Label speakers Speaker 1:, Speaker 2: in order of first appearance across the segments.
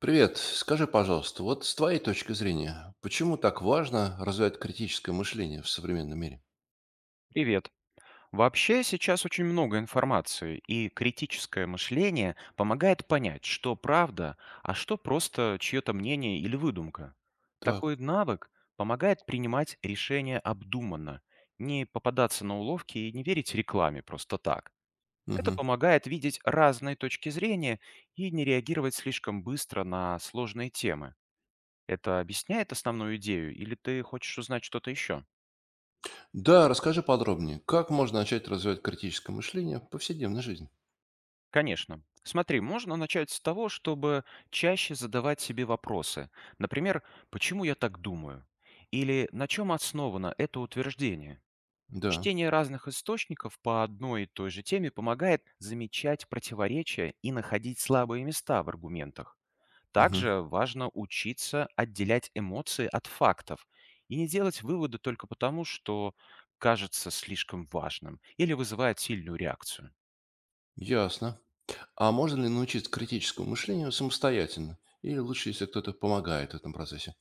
Speaker 1: Привет. Скажи, пожалуйста, вот с твоей точки зрения, почему так важно развивать критическое мышление в современном мире?
Speaker 2: Привет. Вообще сейчас очень много информации, и критическое мышление помогает понять, что правда, а что просто чье-то мнение или выдумка.
Speaker 1: Так.
Speaker 2: Такой навык помогает принимать решения обдуманно, не попадаться на уловки и не верить рекламе просто так. Это
Speaker 1: Мгм.
Speaker 2: помогает видеть разные точки зрения и не реагировать слишком быстро на сложные темы. Это объясняет основную идею или ты хочешь узнать что-то еще?
Speaker 1: Да, расскажи подробнее, как можно начать развивать критическое мышление в повседневной жизни?
Speaker 2: Конечно. Смотри, можно начать с того, чтобы чаще задавать себе вопросы. Например, почему я так думаю? Или на чем основано это утверждение?
Speaker 1: Да.
Speaker 2: Чтение разных источников по одной и той же теме помогает замечать противоречия и находить слабые места в аргументах.
Speaker 1: Мгм.
Speaker 2: Также важно учиться отделять эмоции от фактов и не делать выводы только потому, что кажется слишком важным или вызывает сильную реакцию.
Speaker 1: Ясно. А можно ли научиться критическому мышлению самостоятельно? Или лучше, если кто-то помогает в этом процессе?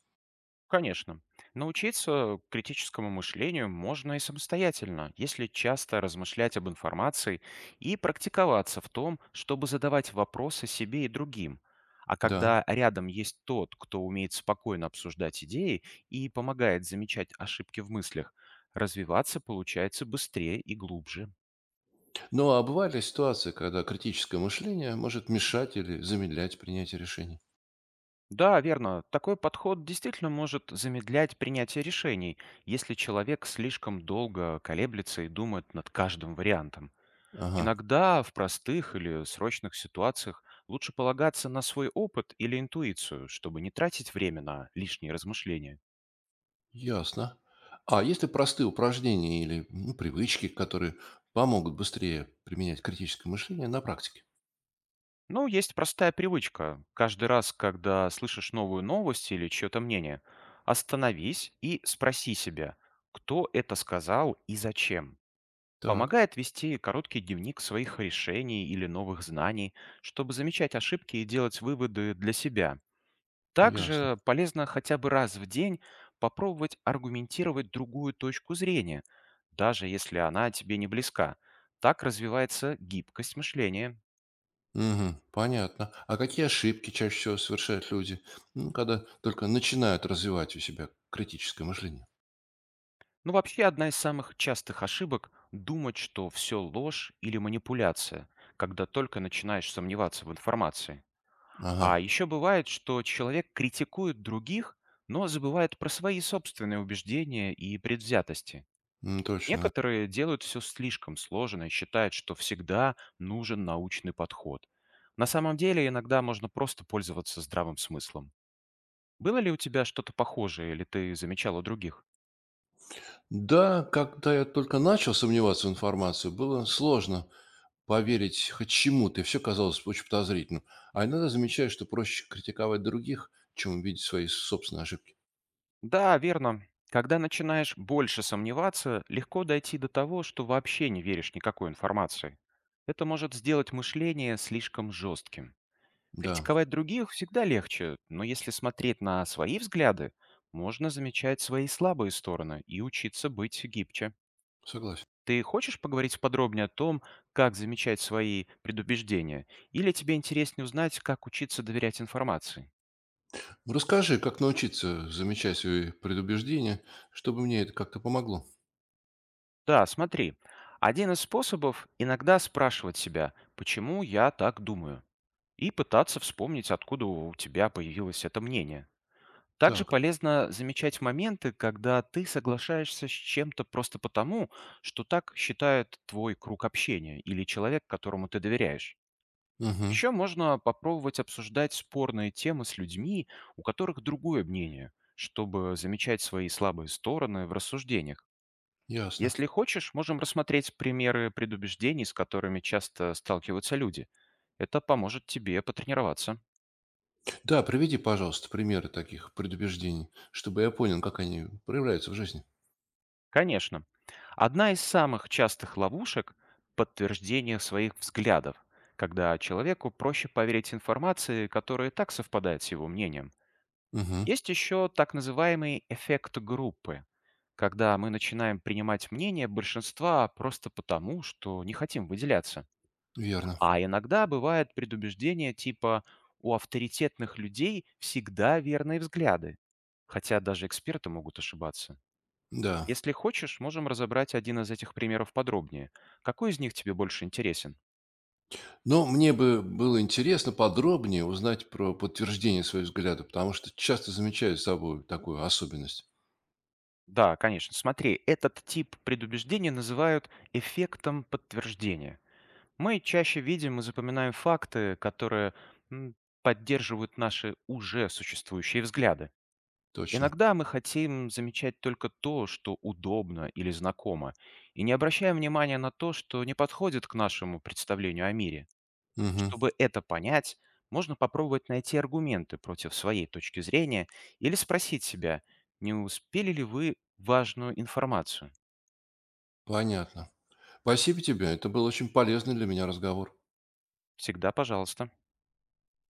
Speaker 2: Конечно. Научиться критическому мышлению можно и самостоятельно, если часто размышлять об информации и практиковаться в том, чтобы задавать вопросы себе и другим. А
Speaker 1: Да.
Speaker 2: когда рядом есть тот, кто умеет спокойно обсуждать идеи и помогает замечать ошибки в мыслях, развиваться получается быстрее и глубже.
Speaker 1: Ну, а бывают ли ситуации, когда критическое мышление может мешать или замедлять принятие решений?
Speaker 2: Да, верно. Такой подход действительно может замедлять принятие решений, если человек слишком долго колеблется и думает над каждым вариантом.
Speaker 1: Ага.
Speaker 2: Иногда в простых или срочных ситуациях лучше полагаться на свой опыт или интуицию, чтобы не тратить время на лишние размышления.
Speaker 1: Ясно. А есть ли простые упражнения или ну, привычки, которые помогут быстрее применять критическое мышление на практике?
Speaker 2: Ну, есть простая привычка. Каждый раз, когда слышишь новую новость или чье-то мнение, остановись и спроси себя, кто это сказал и зачем.
Speaker 1: Так,
Speaker 2: Помогает вести короткий дневник своих решений или новых знаний, чтобы замечать ошибки и делать выводы для себя.
Speaker 1: ясно.
Speaker 2: Также полезно хотя бы раз в день попробовать аргументировать другую точку зрения, даже если она тебе не близка. Так развивается гибкость мышления.
Speaker 1: Мгм, понятно. А какие ошибки чаще всего совершают люди, ну, когда только начинают развивать у себя критическое мышление?
Speaker 2: Ну, вообще, одна из самых частых ошибок– думать, что все ложь или манипуляция, когда только начинаешь сомневаться в информации.
Speaker 1: Ага,
Speaker 2: А еще бывает, что человек критикует других, но забывает про свои собственные убеждения и предвзятости.
Speaker 1: точно.
Speaker 2: Некоторые делают все слишком сложно и считают, что всегда нужен научный подход. На самом деле иногда можно просто пользоваться здравым смыслом. Было ли у тебя что-то похожее или ты замечал у других?
Speaker 1: Да, когда я только начал сомневаться в информации, было сложно поверить хоть чему-то, и все казалось очень подозрительным. А иногда замечаешь, что проще критиковать других, чем увидеть свои собственные ошибки.
Speaker 2: Да, верно. Когда начинаешь больше сомневаться, легко дойти до того, что вообще не веришь никакой информации. Это может сделать мышление слишком жестким.
Speaker 1: Да,
Speaker 2: Критиковать других всегда легче, но если смотреть на свои взгляды, можно замечать свои слабые стороны и учиться быть гибче.
Speaker 1: согласен.
Speaker 2: Ты хочешь поговорить подробнее о том, как замечать свои предубеждения? Или тебе интереснее узнать, как учиться доверять информации?
Speaker 1: Расскажи, как научиться замечать свои предубеждения, чтобы мне это как-то помогло.
Speaker 2: Да, смотри. Один из способов– иногда спрашивать себя, почему я так думаю, и пытаться вспомнить, откуда у тебя появилось это мнение. Также
Speaker 1: Так.
Speaker 2: полезно замечать моменты, когда ты соглашаешься с чем-то просто потому, что так считает твой круг общения или человек, которому ты доверяешь.
Speaker 1: Угу.
Speaker 2: Еще можно попробовать обсуждать спорные темы с людьми, у которых другое мнение, чтобы замечать свои слабые стороны в рассуждениях.
Speaker 1: Ясно.
Speaker 2: Если хочешь, можем рассмотреть примеры предубеждений, с которыми часто сталкиваются люди. Это поможет тебе потренироваться.
Speaker 1: Да, приведи, пожалуйста, примеры таких предубеждений, чтобы я понял, как они проявляются в жизни.
Speaker 2: Конечно. Одна из самых частых ловушек– подтверждение своих взглядов, когда человеку проще поверить информации, которая и так совпадает с его мнением.
Speaker 1: Угу.
Speaker 2: Есть еще так называемый эффект группы, когда мы начинаем принимать мнение большинства просто потому, что не хотим выделяться.
Speaker 1: Верно.
Speaker 2: А иногда бывает предубеждение типа «у авторитетных людей всегда верные взгляды», хотя даже эксперты могут ошибаться.
Speaker 1: Да.
Speaker 2: Если хочешь, можем разобрать один из этих примеров подробнее. Какой из них тебе больше интересен?
Speaker 1: Но мне бы было интересно подробнее узнать про подтверждение своих взглядов, потому что часто замечаю с собой такую особенность.
Speaker 2: Да, конечно. Смотри, этот тип предубеждения называют эффектом подтверждения. Мы чаще видим и запоминаем факты, которые м, поддерживают наши уже существующие взгляды.
Speaker 1: Точно.
Speaker 2: Иногда мы хотим замечать только то, что удобно или знакомо, и не обращаем внимания на то, что не подходит к нашему представлению о мире.
Speaker 1: Угу.
Speaker 2: Чтобы это понять, можно попробовать найти аргументы против своей точки зрения или спросить себя, не успели ли вы важную информацию.
Speaker 1: Понятно. Спасибо тебе. Это был очень полезный для меня разговор.
Speaker 2: Всегда пожалуйста.